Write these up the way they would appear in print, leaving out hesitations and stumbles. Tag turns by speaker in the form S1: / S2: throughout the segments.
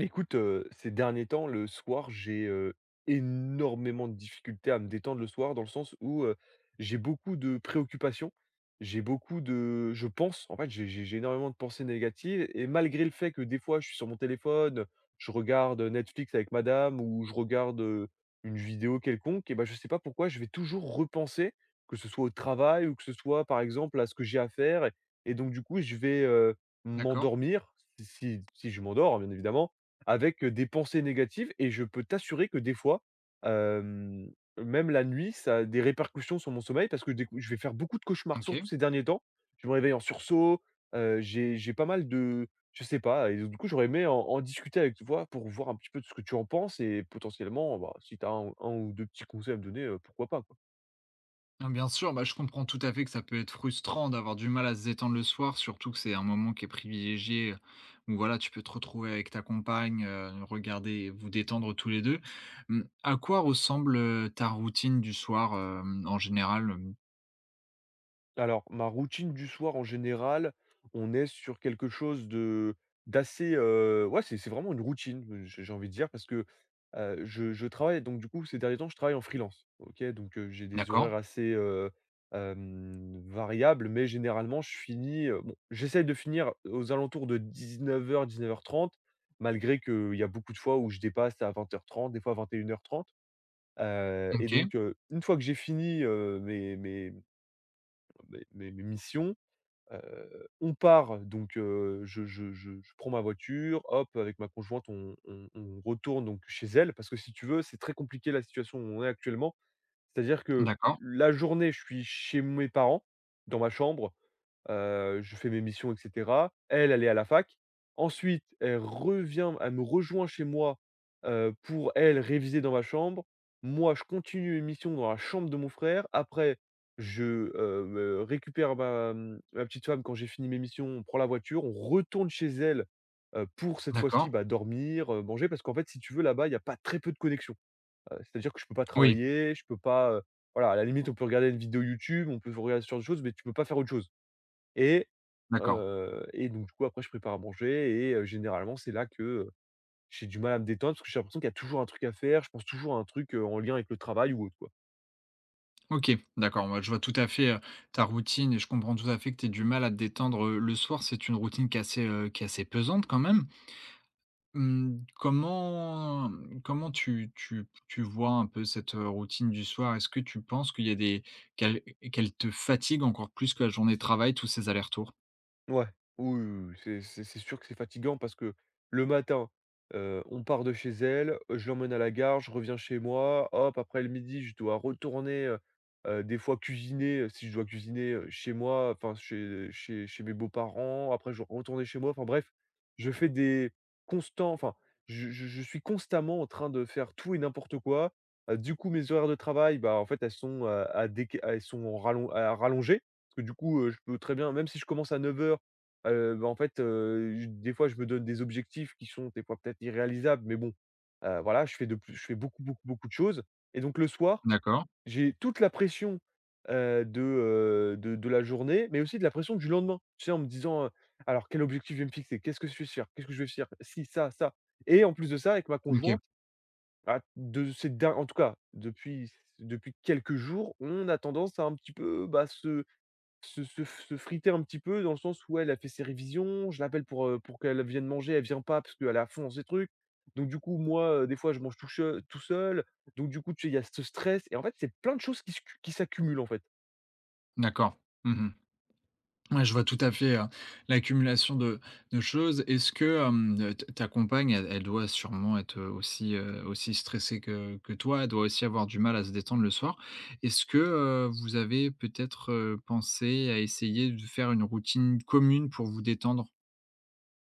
S1: Écoute, ces derniers temps, le soir, j'ai énormément de difficultés à me détendre le soir, dans le sens où j'ai beaucoup de préoccupations. J'ai beaucoup de je pense, en fait, j'ai énormément de pensées négatives et malgré le fait que des fois, je suis sur mon téléphone, je regarde Netflix avec madame ou je regarde une vidéo quelconque et ben je sais pas pourquoi, je vais toujours repenser, que ce soit au travail ou que ce soit, par exemple, à ce que j'ai à faire et donc du coup, je vais
S2: D'accord,
S1: m'endormir, si si je m'endors, hein, bien évidemment avec des pensées négatives et je peux t'assurer que des fois, hem, même la nuit, ça a des répercussions sur mon sommeil parce que des coup je vais faire beaucoup de cauchemars, surtout
S2: OK.
S1: ces derniers temps. Je me réveille en sursaut, j'ai pas mal de je sais pas et du coup, j'aurais aimé en discuter avec toi pour voir un petit peu de ce que tu en penses et potentiellement, bah, si tu as un ou 2 petits conseils à me donner, pourquoi pas, quoi.
S2: Non, bien sûr, bah, je comprends tout à fait que ça peut être frustrant d'avoir du mal à se détendre le soir, surtout que c'est un moment qui est privilégié, où voilà, tu peux te retrouver avec ta compagne, regarder, vous détendre tous les 2. Mmh, à quoi ressemble, ta routine du soir, en général, hem?
S1: Alors, ma routine du soir en général, on est sur quelque chose de d'assez, ouais, c'est vraiment une routine, j'ai envie de dire parce que, je travaille donc du coup ces derniers temps, je travaille en freelance. OK? Donc, j'ai des
S2: D'accord,
S1: horaires assez, variables, mais généralement je finis, bon, j'essaye de finir aux alentours de 19:00-19:30 malgré qu'il y a beaucoup de fois où je dépasse à 20:30, des fois 21:30. Et
S2: OK,
S1: donc, une fois que j'ai fini, mes missions, on part. Donc je prends ma voiture, hop, avec ma conjointe, on retourne donc chez elle parce que si tu veux, c'est très compliqué la situation où on est actuellement. C'est-à-dire que
S2: d'accord,
S1: la journée, je suis chez mes parents, dans ma chambre. Je fais mes missions, et cetera. Elle, elle est à la fac. Ensuite, elle me rejoint chez moi, pour elle réviser dans ma chambre. Moi, je continue mes missions dans la chambre de mon frère. Après, me récupère ma ma petite femme quand j'ai fini mes missions. On prend la voiture, on retourne chez elle, pour cette fois-ci,
S2: d'accord.
S1: bah, dormir, manger parce qu'en fait, si tu veux, là-bas, il y a pas très peu de connexion. C'est-à-dire que je peux pas
S2: Oui,
S1: travailler, je peux pas, voilà, à la limite, on peut regarder une vidéo YouTube, on peut regarder ce genre de choses, mais tu peux pas faire autre chose. Et
S2: d'accord.
S1: et donc du coup, après, je prépare à manger et généralement, c'est là que, j'ai du mal à me détendre parce que j'ai l'impression qu'il y a toujours un truc à faire. Je pense toujours à un truc, en lien avec le travail ou autre, quoi.
S2: OK, d'accord, moi, je vois tout à fait, ta routine et je comprends tout à fait que tu aies du mal à te détendre, le soir. C'est une routine qui est assez pesante quand même? Mmh, comment tu vois un peu cette, routine du soir? Est-ce que tu penses qu'il y a des qu'elle qu'elle te fatigue encore plus que la journée de travail, tous ces allers-retours?
S1: Ouais. Oui, oui, oui, c'est sûr que c'est fatigant parce que le matin, on part de chez elle, je l'emmène à la gare, je reviens chez moi, hop. Après le midi, je dois retourner, des fois cuisiner, si je dois cuisiner, chez moi, enfin chez chez mes beaux-parents, après je dois retourner chez moi. Enfin bref, je fais des constants enfin, je suis constamment en train de faire tout et n'importe quoi. Du coup, mes horaires de travail, bah, en fait, elles sont, à déca elles sont en rallon à rallonger parce que du coup, je peux très bien même si je commence à 9 heures. Bah, en fait, j des fois, je me donne des objectifs qui sont des fois peut-être irréalisables, mais bon, voilà, je fais beaucoup, beaucoup, beaucoup de choses et donc le soir,
S2: D'accord.
S1: j'ai toute la pression, de la journée, mais aussi de la pression du lendemain. Tu sais, en me disant, «Alors quel objectif je vais me fixer? Qu'est-ce que je vais faire? Qu'est-ce que je vais faire? Si, ça, ça». Et en plus de ça, avec ma
S2: OK.
S1: conjointe, bah, de ces der en tout cas, depuis quelques jours, on a tendance à un petit peu, bah, se friter un petit peu dans le sens où elle, elle fait ses révisions, je l'appelle pour qu'elle vienne manger, elle vient pas parce qu'elle est à fond dans ses trucs. Donc du coup, moi, des fois, je mange tout seul. Donc du coup, tu sais, il y a ce stress et en fait, c'est plein de choses qui s'accumulent, en fait.
S2: D'accord. Mmh. Ouais, je vois tout à fait, l'accumulation de choses. Est-ce que, ta compagne, elle doit sûrement être, aussi, aussi stressée que toi, elle doit aussi avoir du mal à se détendre le soir. Est-ce que, vous avez peut-être, pensé à essayer de faire une routine commune pour vous détendre?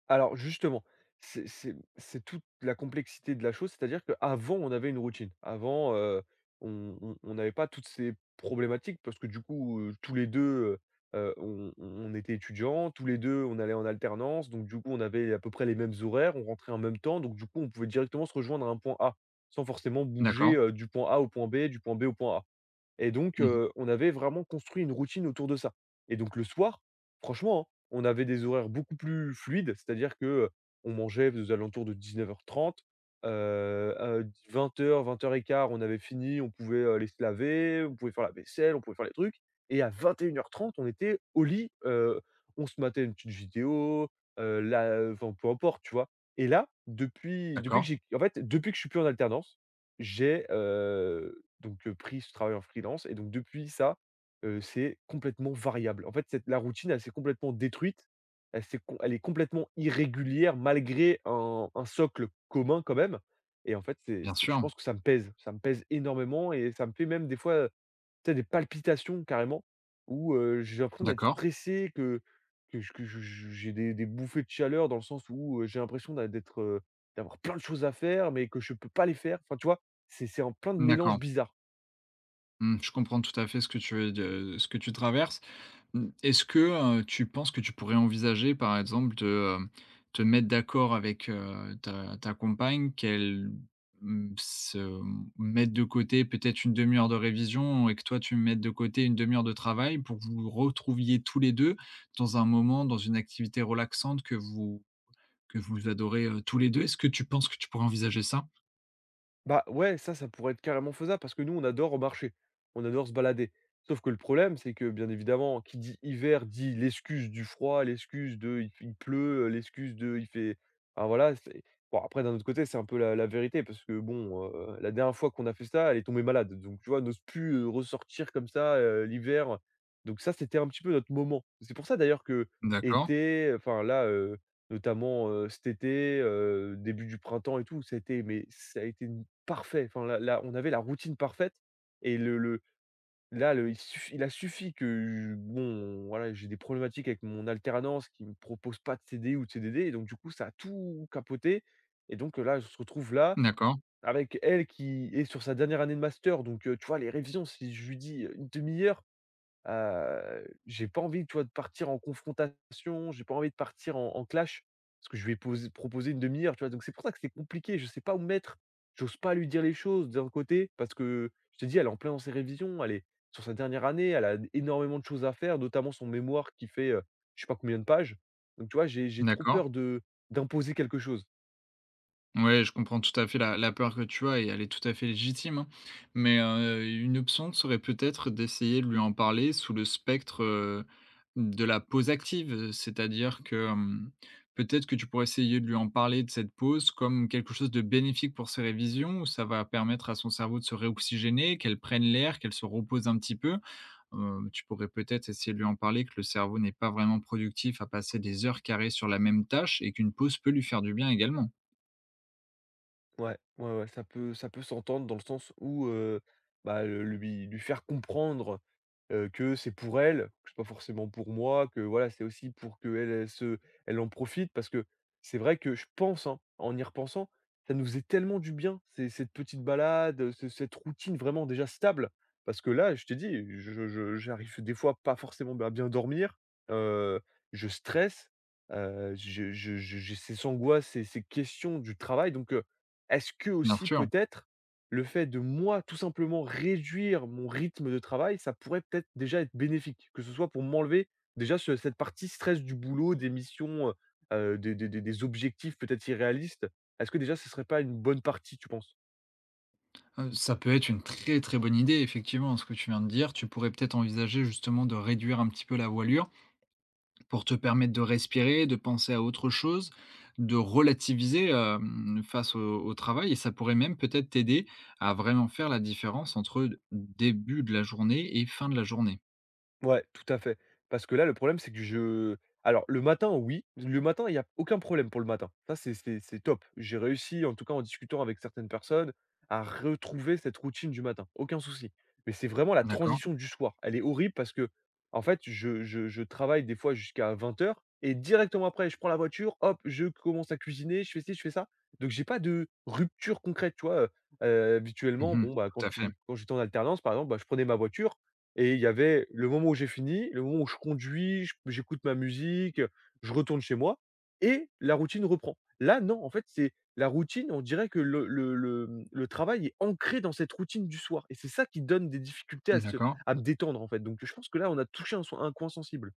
S1: Alors justement, c'est toute la complexité de la chose, c'est-à-dire qu'avant, on avait une routine. Avant, on n'avait pas toutes ces problématiques parce que du coup, tous les 2, heu on était étudiants, tous les 2, on allait en alternance, donc du coup, on avait à peu près les mêmes horaires, on rentrait en même temps, donc du coup, on pouvait directement se rejoindre à un point A, sans forcément bouger,
S2: D'accord.
S1: du point A au point B, du point B au point A. Et donc,
S2: Mmh.
S1: on avait vraiment construit une routine autour de ça. Et donc le soir, franchement, hein, on avait des horaires beaucoup plus fluides, c'est-à-dire que, on mangeait aux alentours de 19:30, 20:00-20:15 on avait fini, on pouvait, aller se laver, on pouvait faire la vaisselle, on pouvait faire les trucs et à 21:30 on était au lit. On se matait une petite vidéo, heu, là, enfin peu importe, tu vois? Et là, depuis que
S2: D'accord.
S1: j'ai en fait, depuis que je suis plus en alternance, j'ai pris ce travail en freelance, et donc depuis ça, c'est complètement variable. En fait, cette la routine, elle s'est complètement détruite. Elle est complètement irrégulière malgré un socle commun quand même. Et en fait,
S2: Bien
S1: c'est je
S2: sûr.
S1: pense que ça me pèse. Ça me pèse énormément et ça me fait même des fois, tu sais, des palpitations carrément, où, j'ai l'impression d'être
S2: D'accord.
S1: stressé, que j'ai des bouffées de chaleur dans le sens où, j'ai l'impression d'avoir plein de choses à faire, mais que je peux pas les faire. Enfin, tu vois? C'est un plein de mélanges
S2: D'accord.
S1: bizarres.
S2: Mmh, je comprends tout à fait ce que tu veux de ce que tu traverses. Mmh, est-ce que, tu penses que tu pourrais envisager, par exemple, de, te mettre d'accord avec, ta compagne qu'elle, mmh, se mette de côté peut-être une demi heure de révision et que toi tu mettes de côté une demi heure de travail pour que vous retrouviez tous les 2 dans un moment, dans une activité relaxante que vous adorez, tous les 2. Est-ce que tu penses que tu pourrais envisager ça?
S1: Bah, ouais, ça pourrait être carrément faisable parce que nous, on adore marcher, on adore se balader. Sauf que le problème, c'est que, bien évidemment, qui dit hiver dit l'excuse du froid, l'excuse de il pleut, l'excuse de il fait enfin voilà, c'est bon. Après d'un autre côté, c'est un peu la vérité parce que bon, la dernière fois qu'on a fait ça, elle est tombée malade. Donc tu vois, n'ose plus, ressortir comme ça, l'hiver. Donc ça, c'était un petit peu notre moment. C'est pour ça d'ailleurs que
S2: D'accord,
S1: qu'été, enfin là, notamment, cet été, début du printemps et tout, ça a été, mais ça a été parfait. Enfin là, on avait la routine parfaite, et le là, le il suffi il a suffi que bon, voilà, j'ai des problématiques avec mon alternance qui me propose pas de CD ou de CDD et donc du coup, ça a tout capoté. Et donc, là, on se retrouve là
S2: d'accord,
S1: avec elle qui est sur sa dernière année de master. Donc tu vois les révisions, si je lui dis, 1/2 heure, j'ai pas envie, tu vois, de partir en confrontation, j'ai pas envie de partir en clash, parce que je vais ai posé une demi heure, tu vois? Donc c'est pour ça que c'est compliqué, je sais pas où me mettre. J'ose pas lui dire les choses d'un côté, parce que je te dis, elle est en plein dans ses révisions, elle est sur sa dernière année, elle a énormément de choses à faire, notamment son mémoire qui fait, je sais pas combien de pages. Donc tu vois, j'ai trop
S2: d'accord.
S1: peur de d'imposer quelque chose.
S2: Ouais, je comprends tout à fait la peur que tu as et elle est tout à fait légitime, hein. Mais, une option serait peut-être d'essayer de lui en parler sous le spectre, de la pause active, c'est-à-dire que, peut-être que tu pourrais essayer de lui en parler de cette pause comme quelque chose de bénéfique pour ses révisions où ça va permettre à son cerveau de se réoxygéner, qu'elle prenne l'air, qu'elle se repose un petit peu. Tu pourrais peut-être essayer de lui en parler que le cerveau n'est pas vraiment productif à passer des heures carrées sur la même tâche et qu'une pause peut lui faire du bien également.
S1: Ouais, ouais, ouais, ça peut s'entendre dans le sens où, bah, le lui faire comprendre, que c'est pour elle, que c'est pas forcément pour moi, que voilà, c'est aussi pour qu'elle, elle en profite parce que c'est vrai que je pense, hein, en y repensant, ça nous faisait tellement du bien, ces cette petite balade, ce cette routine vraiment déjà stable. Parce que là, je t'ai dit, je j'arrive des fois pas forcément à bien dormir, heu, je stresse, je j'ai ces angoisses, ces questions du travail. Donc est-ce que
S2: Bien
S1: aussi
S2: sûr.
S1: peut-être, le fait de moi tout simplement réduire mon rythme de travail, ça pourrait peut-être déjà être bénéfique? Que ce soit pour m'enlever déjà ce cette partie stress du boulot, des missions, des objectifs peut-être irréalistes. Est-ce que déjà ce serait pas une bonne partie, tu penses?
S2: Ça peut être une très, très bonne idée effectivement, ce que tu viens de dire. Tu pourrais peut-être envisager justement de réduire un petit peu la voilure pour te permettre de respirer, de penser à autre chose, de relativiser, face au travail et ça pourrait même peut-être t'aider à vraiment faire la différence entre début de la journée et fin de la journée.
S1: Ouais, tout à fait. Parce que là, le problème, c'est que je alors le matin, oui, le matin, il y a aucun problème pour le matin. Ça, c'est top. J'ai réussi, en tout cas en discutant avec certaines personnes, à retrouver cette routine du matin. Aucun souci. Mais c'est vraiment la
S2: D'accord?
S1: transition du soir. Elle est horrible parce que, en fait, je travaille des fois jusqu'à 20 heures et directement après, je prends la voiture, hop, je commence à cuisiner, je fais ci, je fais ça. Donc, j'ai pas de rupture concrète, tu vois. Habituellement,
S2: Mmh.
S1: bon, bah,
S2: Tout à fait.
S1: quand j'étais en alternance, par exemple, bah, je prenais ma voiture, et il y avait le moment où j'ai fini, le moment où je conduis, je j'écoute ma musique, je retourne chez moi et la routine reprend. Là, non, en fait, c'est la routine, on dirait que le travail est ancré dans cette routine du soir et c'est ça qui donne des difficultés à se
S2: D'accord.
S1: à me détendre, en fait. Donc je pense que là, on a touché un coin sensible.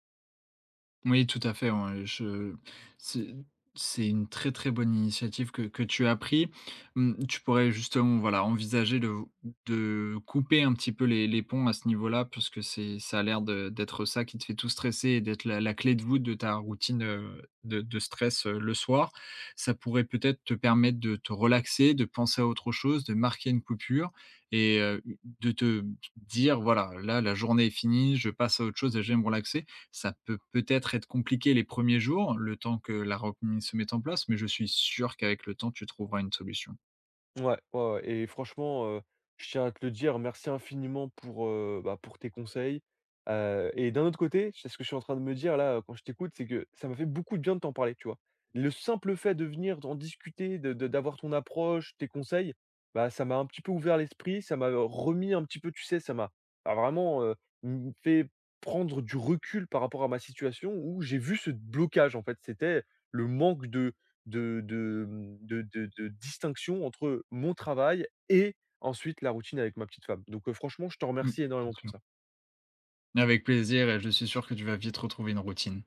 S2: Oui, tout à fait, ouais, je c'est une très, très bonne initiative que tu as pris. Mmh, tu pourrais justement, voilà, envisager de couper un petit peu les ponts à ce niveau-là, parce que c'est ça a l'air de d'être ça qui te fait tout stresser et d'être la clé de voûte de ta routine, de stress, le soir. Ça pourrait peut-être te permettre de te relaxer, de penser à autre chose, de marquer une coupure et de te dire: «Voilà, là, la journée est finie, je passe à autre chose et je vais me relaxer». Ça peut peut-être être compliqué les premiers jours, le temps que la routine se mette en place, mais je suis sûr qu'avec le temps, tu trouveras une solution.
S1: Ouais, ouais, ouais et franchement, je tiens à te le dire, merci infiniment pour, pour tes conseils, et d'un autre côté, c'est ce que je suis en train de me dire là, quand je t'écoute, c'est que ça m'a fait beaucoup de bien de t'en parler, tu vois? Le simple fait de venir en discuter, de d'avoir ton approche, tes conseils, bah, ça m'a un petit peu ouvert l'esprit, ça m'a remis un petit peu, tu sais, ça m'a a vraiment, m fait prendre du recul par rapport à ma situation où j'ai vu ce blocage en fait. C'était le manque de, mmh, de distinction entre mon travail et ensuite la routine avec ma petite femme. Donc, franchement, je te
S2: Mmh,
S1: remercie énormément pour
S2: bien.
S1: ça.
S2: Avec plaisir et je suis sûr que tu vas vite retrouver une routine.